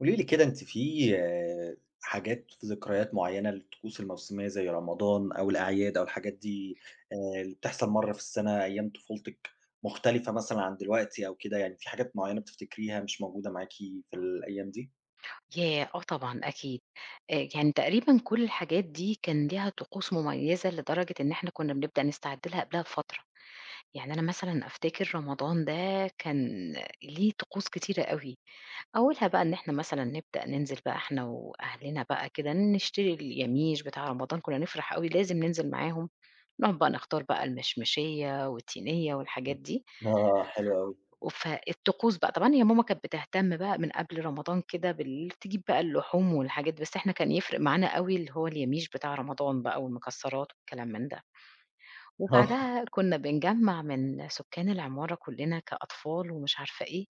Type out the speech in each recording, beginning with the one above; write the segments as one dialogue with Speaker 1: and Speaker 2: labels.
Speaker 1: قولي لي كده أنتِ في آآ، حاجات في ذكريات معيّنة للطقوس الموسمية زي رمضان أو الأعياد أو الحاجات دي اللي بتحصل مرّة في السنة أيام طفولتِك مختلفة مثلًا عن دلوقتي أو كده، يعني في حاجات معيّنة بتفتكريها مش موجودة معاكِ في الأيام دي؟
Speaker 2: ياه! آه طبعًا أكيد. يعني تقريبًا كل الحاجات دي كان ليها طقوس مميّزة لدرجة إن إحنا كُنّا بنبدأ نستعد لها قبلها بفترة. يعني أنا مثلًا أفتكر رمضان ده كان ليه طقوس كتيرة أوي. أولها بقى إن إحنا مثلًا نبدأ ننزل بقى إحنا وأهلنا بقى كده نشتري اليَميش بتاع رمضان، كُنّا نفرح أوي لازم ننزل معاهم. نقعد بقى نختار بقى المشمشية والتينية والحاجات دي.
Speaker 1: آه، حلو أوي.
Speaker 2: فالطقوس بقى، طبعًا هي ماما كانت بتهتم بقى من قبل رمضان كده تجيب بقى اللحوم والحاجات دي، بس إحنا كان يفرق معانا أوي اللي هو اليَميش بتاع رمضان بقى والمكسرات والكلام من ده،
Speaker 1: آه،
Speaker 2: وبعدها كنا بنجمّع من سكان العمارة كلّنا كأطفال ومش عارفة إيه،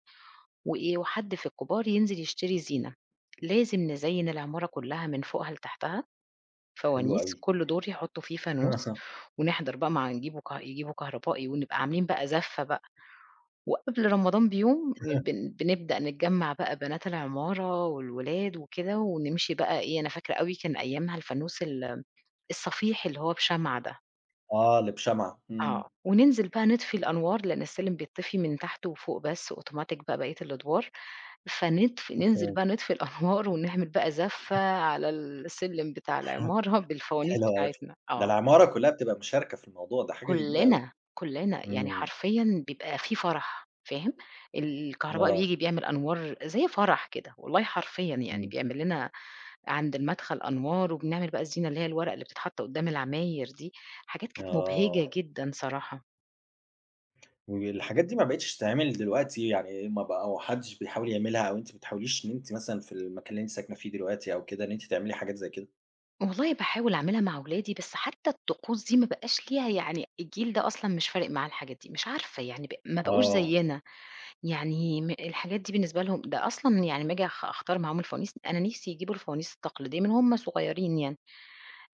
Speaker 2: وإيه وحد في الكبار ينزل يشتري زينة، لازم نزيّن العمارة كلّها من فوقها لتحتها
Speaker 1: حلو
Speaker 2: فوانيس،
Speaker 1: أوي.
Speaker 2: كل دور يحطّوا فيه فانوس ونحضر بقى مع نجيبوا ك يجيبوا كهربائي ونبقى عاملين بقى زَفّة بقى. وقبل رمضان بيوم بنبدأ نتجمّع بقى بنات العمارة والولاد وكده، ونمشي بقى إيه، أنا فاكرة أوي كان أيامها الفانوس الصفيح اللي هو بشمعة ده،
Speaker 1: آه، اللي بشمعة، إمم.
Speaker 2: آه، وننزل بقى نطفي الأنوار لأن السلم بيتطفي من تحت وفوق بس أوتوماتيك بقى بقية الأدوار، ننزل
Speaker 1: مفهوم.
Speaker 2: بقى نطفي الأنوار ونعمل بقى زفة على السلم بتاع العمارة بالفوانيس
Speaker 1: حلو أوي،
Speaker 2: بتاعتنا،
Speaker 1: ده
Speaker 2: آه.
Speaker 1: العمارة كلّها بتبقى مشاركة في الموضوع، ده حاجة جميلة أوي.
Speaker 2: كُلّنا، كُلّنا، يعني
Speaker 1: إمم،
Speaker 2: حرفيًا بيبقى في فرح فاهم، الكهربائي
Speaker 1: آه،
Speaker 2: بييجي بيعمل أنوار زي فرح كده، والله حرفيًا يعني
Speaker 1: إمم.
Speaker 2: بيعمل لنا عند المدخل أنوار، وبنعمل بقى الزينة اللي هي الورق اللي بتتحط قدّام العماير دي، حاجات كانت
Speaker 1: آه.
Speaker 2: مبهجة جدًا صراحة.
Speaker 1: والحاجات دي ما بقتش تتعمل دلوقتي، يعني ما حدش بيحاول يعملها أو أنتِ ما بتحاوليش إن أنتِ مثلًا في المكان اللي أنتِ ساكنة فيه دلوقتي أو كده، إن أنتِ تعملي حاجات زي كده؟
Speaker 2: والله باحاول أعملها مع ولادي، بس حتى الطقوس دي ما بقاش ليها يعني الجيل ده أصلًا مش فارق معاه الحاجات دي، مش عارفة يعني ما بقوش
Speaker 1: آه،
Speaker 2: زيّنا. يعني الحاجات دي بالنسبة لهم ده أصلًا يعني أمّا آجي أختار معاهم الفوانيس، أنا نِفسي يجيبوا الفوانيس التقليدية من وهُم صغيرين يعني،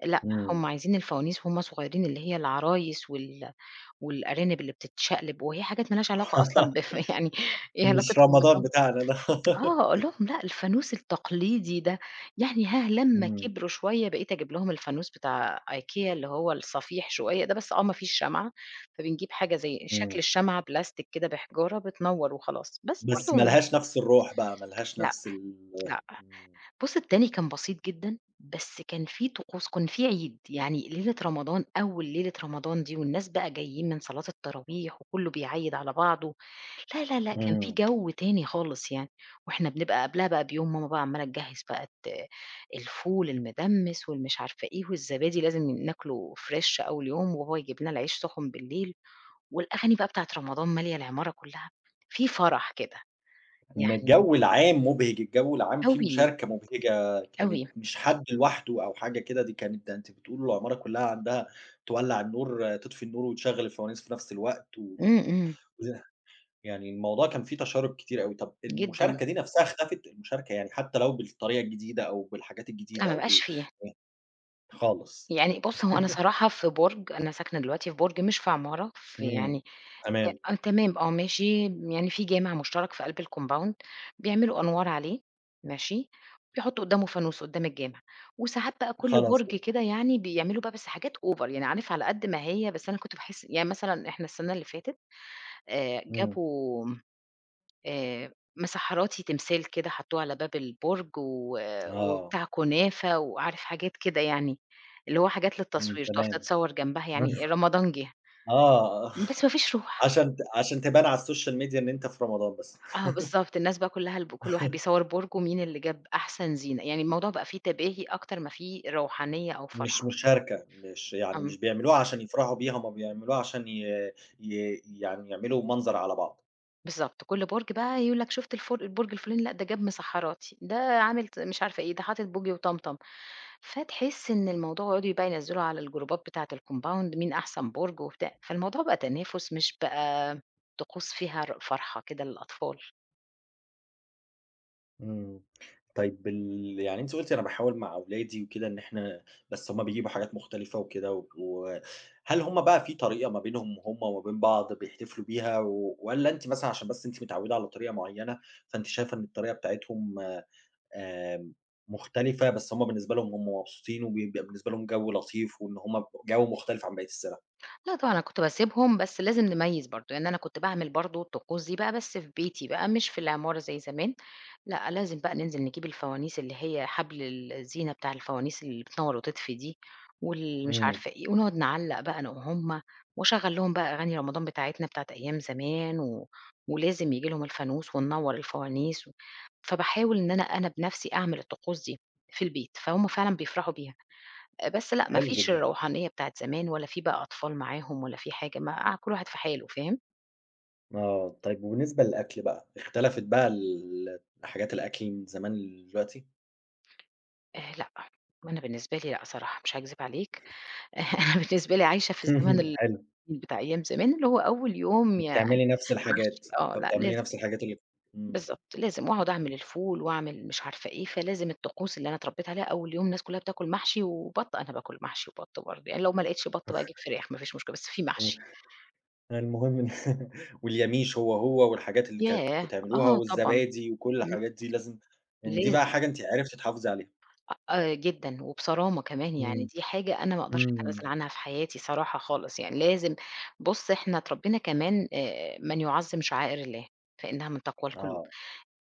Speaker 2: لأ
Speaker 1: إمم.
Speaker 2: هُم عايزين الفوانيس وهُم صغيرين اللي هي العرايس والأرانب اللي بتتشقلب، وهي حاجات ما لهاش علاقة أصلًا يعني إيه علاقة
Speaker 1: مش رمضان
Speaker 2: رمضان
Speaker 1: بتاعنا ده.
Speaker 2: آه، أقول لهم لأ الفانوس التقليدي ده، يعني ها لمّا
Speaker 1: إمم،
Speaker 2: كبروا شوية بقيت أجيب لهم الفانوس بتاع IKEA اللي هو الصفيح شوية ده، بس آه ما فيش شمعة، فبنجيب حاجة زي شكل
Speaker 1: إمم.
Speaker 2: الشمعة بلاستيك كده بحجارة بتنوّر وخلاص، بس
Speaker 1: بس ما
Speaker 2: برضه
Speaker 1: لهاش نفس الروح بقى، ما لهاش
Speaker 2: لأ،
Speaker 1: نفس
Speaker 2: لأ،
Speaker 1: إمم،
Speaker 2: بُص التاني كان بسيط جدًا، بس كان في طقوس كان في عيد، يعني ليلة رمضان أول ليلة رمضان دي والناس بقى جايين من صلاة التراويح وكلّه بيعيّد على بعضه، لا، لا، لأ، كان في
Speaker 1: إمم.
Speaker 2: جو تاني خالص يعني، وإحنا بنبقى قبلها بقى بيوم ماما بقى عمّالة تجهّز بقى الفول المدمّس والمش عارفة إيه، والزبادي لازم ناكله فريش أول يوم، وبابا يجيب لنا العيش سُخن بالليل، والأغاني بقى بتاعة رمضان مالية العمارة كلّها، في فرح كده
Speaker 1: إن
Speaker 2: يعني
Speaker 1: الجو العام مُبهِج، الجو العام فيه
Speaker 2: أوي،
Speaker 1: مشاركة مُبهِجة، كانت
Speaker 2: أوي،
Speaker 1: مش حد لوحده أو حاجة كده، دي كانت ده أنتِ بتقولي العمارة كلّها عندها تولّع النور تطفي النور وتشغّل الفوانيس في نفس الوقت و
Speaker 2: إمم، إمم.
Speaker 1: يعني الموضوع كان فيه تشارُب كتير أوي، طَب
Speaker 2: جدًا،
Speaker 1: المشاركة دي نَفْسها اختفت، المشاركة يعني حتى لو بالطريقة الجديدة أو بالحاجات
Speaker 2: لأ
Speaker 1: الجديدة
Speaker 2: ما
Speaker 1: أو
Speaker 2: بقاش فيه،
Speaker 1: يعني خالص.
Speaker 2: يعني بُص هو أنا صراحة في برج أنا ساكنة دلوقتي في برج مش في عمارة، في
Speaker 1: إمم،
Speaker 2: يعني
Speaker 1: تمام،
Speaker 2: آه تمام، آه ماشي، يعني في جامع مشترك في قلب الcompound بيعملوا أنوار عليه ماشي، بيحطوا قدّامه فانوس قدّام الجامع، وساعات بقى كل
Speaker 1: خلاص
Speaker 2: برج
Speaker 1: كده،
Speaker 2: كده يعني بيعملوا بقى بس حاجات over يعني عارف على قد ما هي، بس أنا كنت باحس يعني مثلًا إحنا السنة اللي فاتت
Speaker 1: إمم،
Speaker 2: جابوا مسحّراتي تمثال كده حطّوه على باب البُرج و
Speaker 1: آه،
Speaker 2: وبتاع كنافة وعارف حاجات كده يعني، اللي هو حاجات
Speaker 1: إمم،
Speaker 2: للتصوير تُقف
Speaker 1: تمام،
Speaker 2: تتصوّر جنبها يعني رمضان جِه،
Speaker 1: آه،
Speaker 2: بس ما فيش روح.
Speaker 1: عشان تبان على السوشيال ميديا إن أنت في رمضان بس.
Speaker 2: آه بالضبط، الناس بقى كُلّها كل واحد بيصوّر بُرجه مين اللي جاب أحسن زينة، يعني الموضوع بقى فيه تباهي أكتر ما فيه روحانية أو
Speaker 1: مش
Speaker 2: فرحة.
Speaker 1: مشاركة، مش يعني
Speaker 2: إمم،
Speaker 1: مش بيعملوها عشان يفرحوا بيها، هُم بيعملوها عشان ي ي يعني يعملوا منظر على بعض.
Speaker 2: بالضبط، كل برج بقى يقول لك شُفت البُرج الفُلاني لأ ده جاب مسحّراتي، ده عامل مش عارفة إيه، ده حاطط بوجي وطمطم. فتحس إن الموضوع ويقعدوا بقى ينزّلوا على الجروبات بتاعة الcompound مين أحسن برج وبتاع، فالموضوع بقى تنافس مش بقى طقوس فيها فرحة كده للأطفال.
Speaker 1: إمم. طيب يعني أنتِ قُلتِ أنا باحاول مع أولادي وكده إن إحنا بس هُم بيجيبوا حاجات مختلفة وكده وهل هُم بقى في طريقة ما بينهم هُم وما بين بعض بيحتفلوا بيها و والّا أنتِ مثلًا عشان بس أنتِ متعوِّدة على طريقة معيّنة، فأنتِ شايفة إن الطريقة بتاعتهم آمم مختلفة، بس هُم بالنسبة لهم هُم مبسوطين وبيبقى بالنسبة لهم جو لطيف وإن هُم جو مختلف عن بقية السَنة؟
Speaker 2: لأ طبعًا أنا كنت باسيبهم، بس لازم نميّز برضه، يعني أنا كنت باعمل برضه الطقوس دي بقى بس في بيتي بقى مش في العمارة زي زمان، لأ لازم بقى ننزل نجيب الفوانيس اللي هي حبل الزينة بتاع الفوانيس اللي بتنوّر وتطفي دي، مش
Speaker 1: إمم.
Speaker 2: عارفة إيه، ونقعد نعلّق بقى أنا وهُم، واشغّل لهم بقى أغاني رمضان بتاعتنا بتاعة أيام زمان، ولازم ييجي لهم الفانوس وننوّر الفوانيس، فباحاول إن أنا بنفسي أعمل الطقوس دي في البيت، فهُم فعلًا بيفرحوا بيها. بس لأ، ما
Speaker 1: حلو
Speaker 2: فيش
Speaker 1: جدًا.
Speaker 2: الروحانية بتاعة زمان ولا في بقى أطفال معاهم ولا في حاجة، ما قاعد- كل واحد في حاله فاهم؟
Speaker 1: آه. طيب وبالنسبة للأكل بقى، اختلفت بقى حاجات الأكل من زمان لدلوقتي؟
Speaker 2: لأ، أنا بالنسبة لي لأ صراحة مش هاكذب عليك، أنا بالنسبة لي عايشة في الزمن
Speaker 1: اهم، حلو،
Speaker 2: بتاع أيام زمان، اللي هو أول يوم يعني
Speaker 1: بتعملي نفس
Speaker 2: محشي
Speaker 1: الحاجات،
Speaker 2: آه، لأ
Speaker 1: فبتعملي
Speaker 2: لازم
Speaker 1: نفس الحاجات اللي إمم،
Speaker 2: بالضبط، لازم وأقعد أعمل الفول وأعمل مش عارفة إيه، فلازم الطقوس اللي أنا اتربيت عليها أول يوم الناس كلها بتاكل محشي وبَط، أنا باكل محشي وبَط برضه، يعني لو ما لقيتش بَط بقى أجيب فراخ ما فيش مشكلة، بس في
Speaker 1: و
Speaker 2: محشي.
Speaker 1: المهم إن واليَميش هو، هو والحاجات اللي كانت
Speaker 2: ياه!
Speaker 1: بتعملوها
Speaker 2: آه طبعًا،
Speaker 1: والزبادي وكل
Speaker 2: إمم،
Speaker 1: الحاجات دي لازم يعني دي
Speaker 2: لاز
Speaker 1: بقى حاجة أنتِ عرفتِ تحافظي عليها.
Speaker 2: آه، آه، جدًا وبصرامة كمان، يعني
Speaker 1: إمم،
Speaker 2: دي حاجة أنا ما أقدرش
Speaker 1: إمم،
Speaker 2: أتنازل عنها في حياتي صراحة خالص يعني، لازم بُص إحنا اتربينا كمان من يُعظِّم شعائر الله فإنها من تقوى القلوب،
Speaker 1: آه،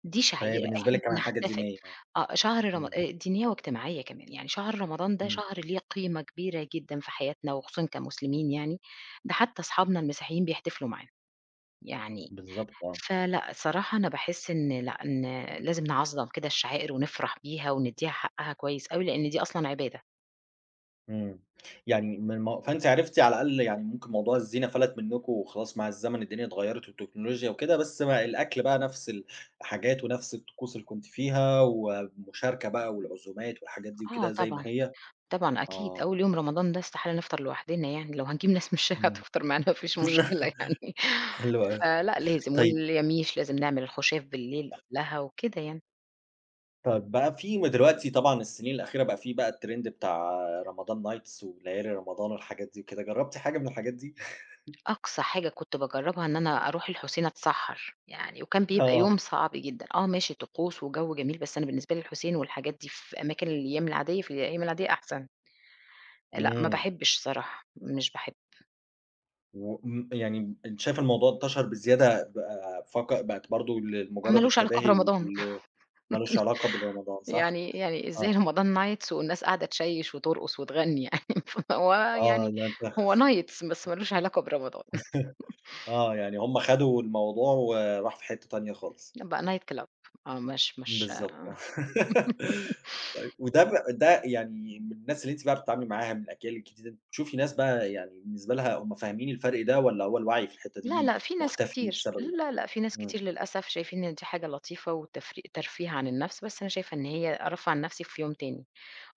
Speaker 2: دي
Speaker 1: فهي
Speaker 2: شعيرة
Speaker 1: بالنسبة
Speaker 2: إحنا
Speaker 1: لِك كمان حاجة
Speaker 2: بنحتفل
Speaker 1: دينية، آه،
Speaker 2: آه، شهر رم
Speaker 1: إمم،
Speaker 2: دينية واجتماعية كمان، يعني شهر رمضان ده
Speaker 1: إمم،
Speaker 2: شهر ليه قيمة كبيرة جدًا في حياتنا وخصوصًا كمسلمين يعني، ده حتى أصحابنا المسيحيين بيحتفلوا معانا، يعني
Speaker 1: بالضبط آه.
Speaker 2: فلأ، الصراحة أنا باحس إن لأ، إن لازم نعظّم كده الشعائر ونفرح بيها وندّيها حقّها كويس أوي، لإن دي أصلًا عبادة.
Speaker 1: إمم. يعني من م فأنتِ عرفتِ على الأقل يعني ممكن موضوع الزينة فَلَت منّكم وخلاص مع الزمن الدنيا اتغيّرت والتكنولوجيا وكده، بس ما الأكل بقى نفس الحاجات ونفس الطقوس اللي كنتِ فيها والمشاركة بقى والعزومات والحاجات دي
Speaker 2: آه
Speaker 1: وكده زي ما
Speaker 2: طبعًا،
Speaker 1: هي؟
Speaker 2: طبعًا أكيد،
Speaker 1: آه.
Speaker 2: أول يوم رمضان ده استحالة نفطر لوحدنا يعني، لو هنجيب ناس مش
Speaker 1: إمم.
Speaker 2: هتفطر معانا ما فيش مشكلة يعني،
Speaker 1: حلو أوي.
Speaker 2: فلأ لازم،
Speaker 1: طيب
Speaker 2: واليَميش لازم نعمل الخُشاف بالليل قبلها وكده يعني.
Speaker 1: طب بقى في م دلوقتي طبعًا السنين الأخيرة بقى في بقى الtrend بتاع رمضان nights وليالي رمضان والحاجات دي وكده، جرّبتِ حاجة من الحاجات دي؟
Speaker 2: أقصى حاجة كنت باجرّبها إن أنا أروح الحُسين أتسحّر، يعني وكان بيبقى يوم
Speaker 1: آه.
Speaker 2: صعب جدًا، آه ماشي طقوس وجَو جميل، بس أنا بالنسبة لي الحُسين والحاجات دي في أماكن الأيام العادية، في الأيام العادية أحسن. لأ، ما
Speaker 1: إمم.
Speaker 2: باحبش صراحة، مش باحب
Speaker 1: يعني أنت شايف الموضوع انتشر بزيادة بقى بقت برضه
Speaker 2: ما
Speaker 1: لمجرد
Speaker 2: لوش علاقة
Speaker 1: التباهي
Speaker 2: برمضان
Speaker 1: ما لوش علاقة برمضان صح؟
Speaker 2: يعني إزاي
Speaker 1: آه،
Speaker 2: رمضان nights والناس قاعدة تشيّش وترقص وتغني يعني فهو
Speaker 1: آه
Speaker 2: يعني
Speaker 1: ده أنت
Speaker 2: هو nights بس ما لوش علاقة برمضان
Speaker 1: آه، يعني هم خدوا الموضوع وراح في حتة تانية خالص.
Speaker 2: بقى night club آه، مش
Speaker 1: بالضبط. وده ب ده يعني من الناس اللي أنتِ بقى بتتعاملي معاها من الأجيال الجديدة، بتشوفي ناس بقى يعني بالنسبة لها هم فاهمين الفرق ده والّا هو الوعي في الحتة
Speaker 2: لا،
Speaker 1: دي
Speaker 2: لأ، في ناس
Speaker 1: مختفي
Speaker 2: كتير
Speaker 1: بسبب ال
Speaker 2: لا، لأ، في ناس
Speaker 1: إمم،
Speaker 2: كتير للأسف شايفين إن دي حاجة لطيفة وتفري ترفيه عن النفس، بس أنا شايفة إن هي أرفّه عن نفسي في يوم تاني.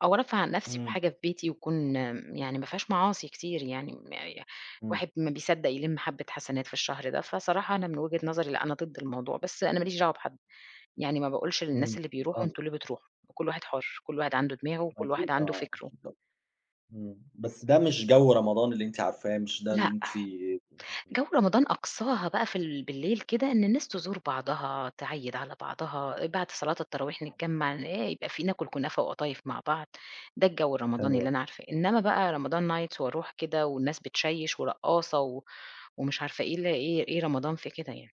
Speaker 2: أو أرفّه عن نفسي
Speaker 1: إمم،
Speaker 2: بحاجة في بيتي وتكون يعني ما فيهاش معاصي كتير يعني م ي الواحد ما بيصدّق يلِم حبّة حسنات في الشهر ده، فصراحة أنا من وجهة نظري لأ، أنا ضد الموضوع، بس أنا ما ليش دعوة بحد، يعني ما باقولش للناس
Speaker 1: إمم،
Speaker 2: اللي بيروحوا
Speaker 1: إمم،
Speaker 2: أنتم ليه بتروحوا؟ كل واحد حُر، كل واحد عنده دماغه وكل
Speaker 1: أكيد
Speaker 2: واحد عنده
Speaker 1: آه،
Speaker 2: فكره،
Speaker 1: أكيد إمم، بس ده مش جو رمضان اللي أنتِ عارفاه، مش ده
Speaker 2: لأ،
Speaker 1: اللي أنتِ
Speaker 2: جو رمضان أقصاها بقى في بالليل كده إن الناس تزور بعضها، تعيّد على بعضها، بعد صلاة التراويح نتجمّع، يبقى في ناكل كنافة وقطايف مع بعض، ده الجو
Speaker 1: حلو
Speaker 2: الرمضاني اللي
Speaker 1: أوي،
Speaker 2: أنا عارفاه، إنما بقى رمضان nights وأروح كده والناس بتشيّش ورقاصة و ومش عارفة إيه ل إيه إيه رمضان في كده يعني.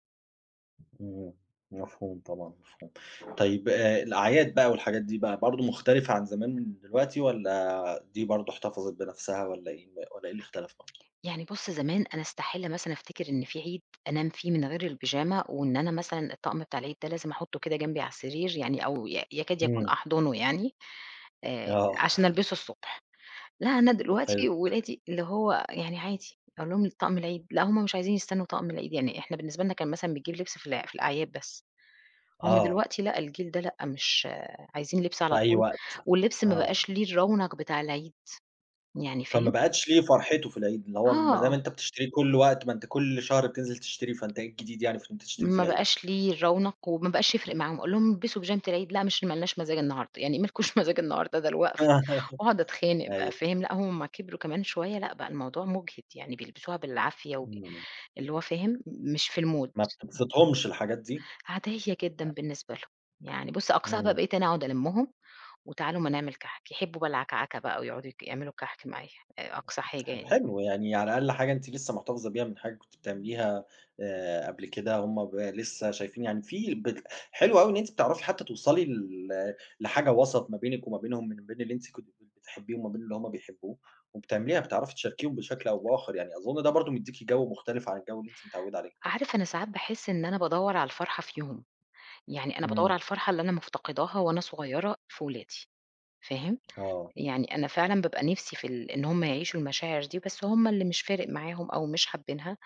Speaker 1: إمم، مفهوم طبعًا، مفهوم. طيب الأعياد بقى والحاجات دي بقى برضه مختلفة عن زمان من دلوقتي والّا دي برضه احتفظت بنفسها والّا إيه اللي اختلف برضه؟
Speaker 2: يعني بُص زمان أنا أستحيل مثلًا أفتكر إن في عيد أنام فيه من غير البيجامة، وإن أنا مثلًا الطقم بتاع العيد ده لازم أحطه كده جنبي على السرير يعني أو ي يكاد يكون
Speaker 1: إمم،
Speaker 2: أحضنه يعني،
Speaker 1: آه،
Speaker 2: عشان ألبسه الصبح. لأ، أنا
Speaker 1: حلو،
Speaker 2: دلوقتي ولادي اللي هو يعني عادي، أقول لهم طقم العيد، لأ، هُم مش عايزين يستنوا طقم العيد، يعني إحنا بالنسبة لنا كان مثلًا بنجيب لبس في الأعياد بس، هُم
Speaker 1: آه،
Speaker 2: دلوقتي لأ، الجيل ده لأ، مش عايزين لبس
Speaker 1: في
Speaker 2: على
Speaker 1: أي
Speaker 2: طول،
Speaker 1: وقت،
Speaker 2: واللبس ما
Speaker 1: آه،
Speaker 2: بقاش ليه الرونق بتاع العيد، يعني
Speaker 1: فما
Speaker 2: فاهم؟
Speaker 1: بقتش ليه فرحته في العيد، اللي هو ما دام
Speaker 2: آه،
Speaker 1: أنت بتشتريه كل وقت، ما أنت كل شهر بتنزل تشتريه، فأنت إيه الجديد يعني في إن أنت تشتريه في
Speaker 2: ما
Speaker 1: العيد؟
Speaker 2: بقاش ليه الرونق وما بقاش يفرق معاهم، أقول لهم البسوا بيجامة العيد، لأ، مش ما لناش مزاج النهارده، يعني ما لكوش مزاج النهارده ده الوقفة، وأقعد أتخانق بقى
Speaker 1: أيوه،
Speaker 2: فاهم؟ لأ، هُم ما كبروا كمان شوية، لأ، بقى الموضوع مُجهد، يعني بيلبسوها بالعافية
Speaker 1: إمم،
Speaker 2: اللي هو فاهم؟ مش في
Speaker 1: ما
Speaker 2: الmood.
Speaker 1: بتبسطهمش الحاجات دي؟
Speaker 2: عادية جدًا بالنسبة لهم، يعني بُص أقصاها بقى
Speaker 1: إمم،
Speaker 2: بقيت أنا أقعد ألمّهم وتعالوا أمّا نعمل كحك، يحبوا بقى العكعكة بقى ويقعدوا يعملوا كحك معايا، أقصى حاجة
Speaker 1: طب
Speaker 2: يعني.
Speaker 1: حلو، يعني على الأقل حاجة أنتِ لسه محتفظة بيها من حاجة كنتِ بتعمليها قبل كده، هم ب لسه شايفين يعني في بت حلو أوي إن أنتِ بتعرفي حتى توصلي ل لحاجة وسط ما بينِك وما بينهم، من بين اللي أنتِ كنتِ بتحبيه وما بين اللي هم بيحبوه، وبتعمليها بتعرفي تشاركيهم بشكل أو بآخر يعني، أظن ده برضه مديكِ جو مختلف عن الجو اللي أنتِ متعودة عليه.
Speaker 2: عارف أنا ساعات باحس إن أنا بادوّر على الفرحة فيهم، يعني أنا بادوّر
Speaker 1: إمم،
Speaker 2: على الفرحة اللي أنا مفتقداها وأنا صغيرة في ولادي، فاهم؟
Speaker 1: آه،
Speaker 2: يعني أنا فعلًا بابقى نِفسي في إن هُم يعيشوا المشاعر دي، بس هُم اللي مش فارق معاهم أو مش حابينها.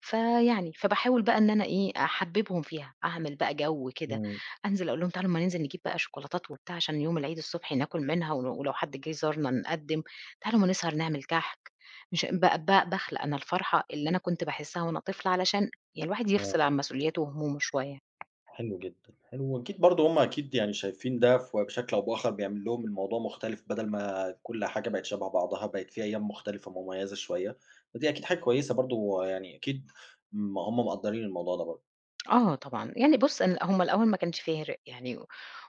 Speaker 2: فباحاول بقى إن أنا إيه، أحبِّبهم فيها، أعمل بقى جو كده،
Speaker 1: إمم،
Speaker 2: أنزل أقول لهم تعالوا أمّا ننزل نجيب بقى شوكولاتات وبتاع عشان يوم العيد الصبح ناكل منها ولو حد جِه زارنا نقدِّم، تعالوا أمّا نسهر نعمل كحك، مش ب ب باخلق أنا الفرحة اللي أنا كنت باحسّها وأنا طفلة علشان يعني الواحد يفصل
Speaker 1: آه.
Speaker 2: عن مسؤولياته وهمومه شوية.
Speaker 1: حلو جدًا، حلو وأكيد برضه هُم أكيد يعني شايفين ده ف بشكل أو بآخر بيعمل لهم الموضوع مختلف بدل ما كل حاجة بقت شبه بعضها، بقت في أيام مختلفة مميزة شوية، ودي أكيد حاجة كويسة برضه يعني أكيد هُم مقدّرين الموضوع ده برضه.
Speaker 2: آه طبعًا، يعني بُص أن هم الأول ما كانش فارق يعني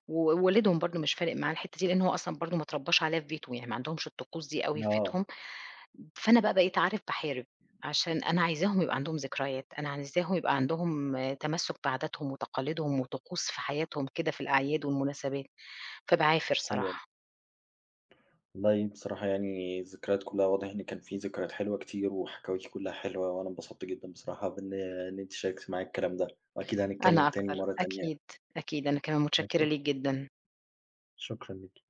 Speaker 2: ووالدهم برضه مش فارق معاه الحتّة دي، لإن هو أصلًا برضه ما اتربّاش عليها في بيته، يعني ما عندهمش الطقوس دي أوي في
Speaker 1: آه،
Speaker 2: بيتهم. فأنا بقى بقيت عارف باحارب، عشان أنا عايزاهم يبقى عندهم ذكريات، أنا عايزاهم يبقى عندهم آه، تمسّك بعاداتهم وتقاليدهم وطقوس في حياتهم كده في الأعياد والمناسبات، فباعافر
Speaker 1: حلو أوي.
Speaker 2: صراحة،
Speaker 1: والله بصراحة يعني الذكريات كلها واضح إن كان في ذكريات حلوة كتير، وحكاويكِ كلها حلوة، وأنا انبسطت جدًا بصراحة إن أنتِ شاركتِ معايا الكلام ده، وأكيد هنتكلم
Speaker 2: أنا
Speaker 1: تاني
Speaker 2: أكتر،
Speaker 1: مرة تانية.
Speaker 2: أكيد، أكيد، أنا كمان متشكرة
Speaker 1: أكيد،
Speaker 2: ليك جدًا.
Speaker 1: شكرًا ليكِ.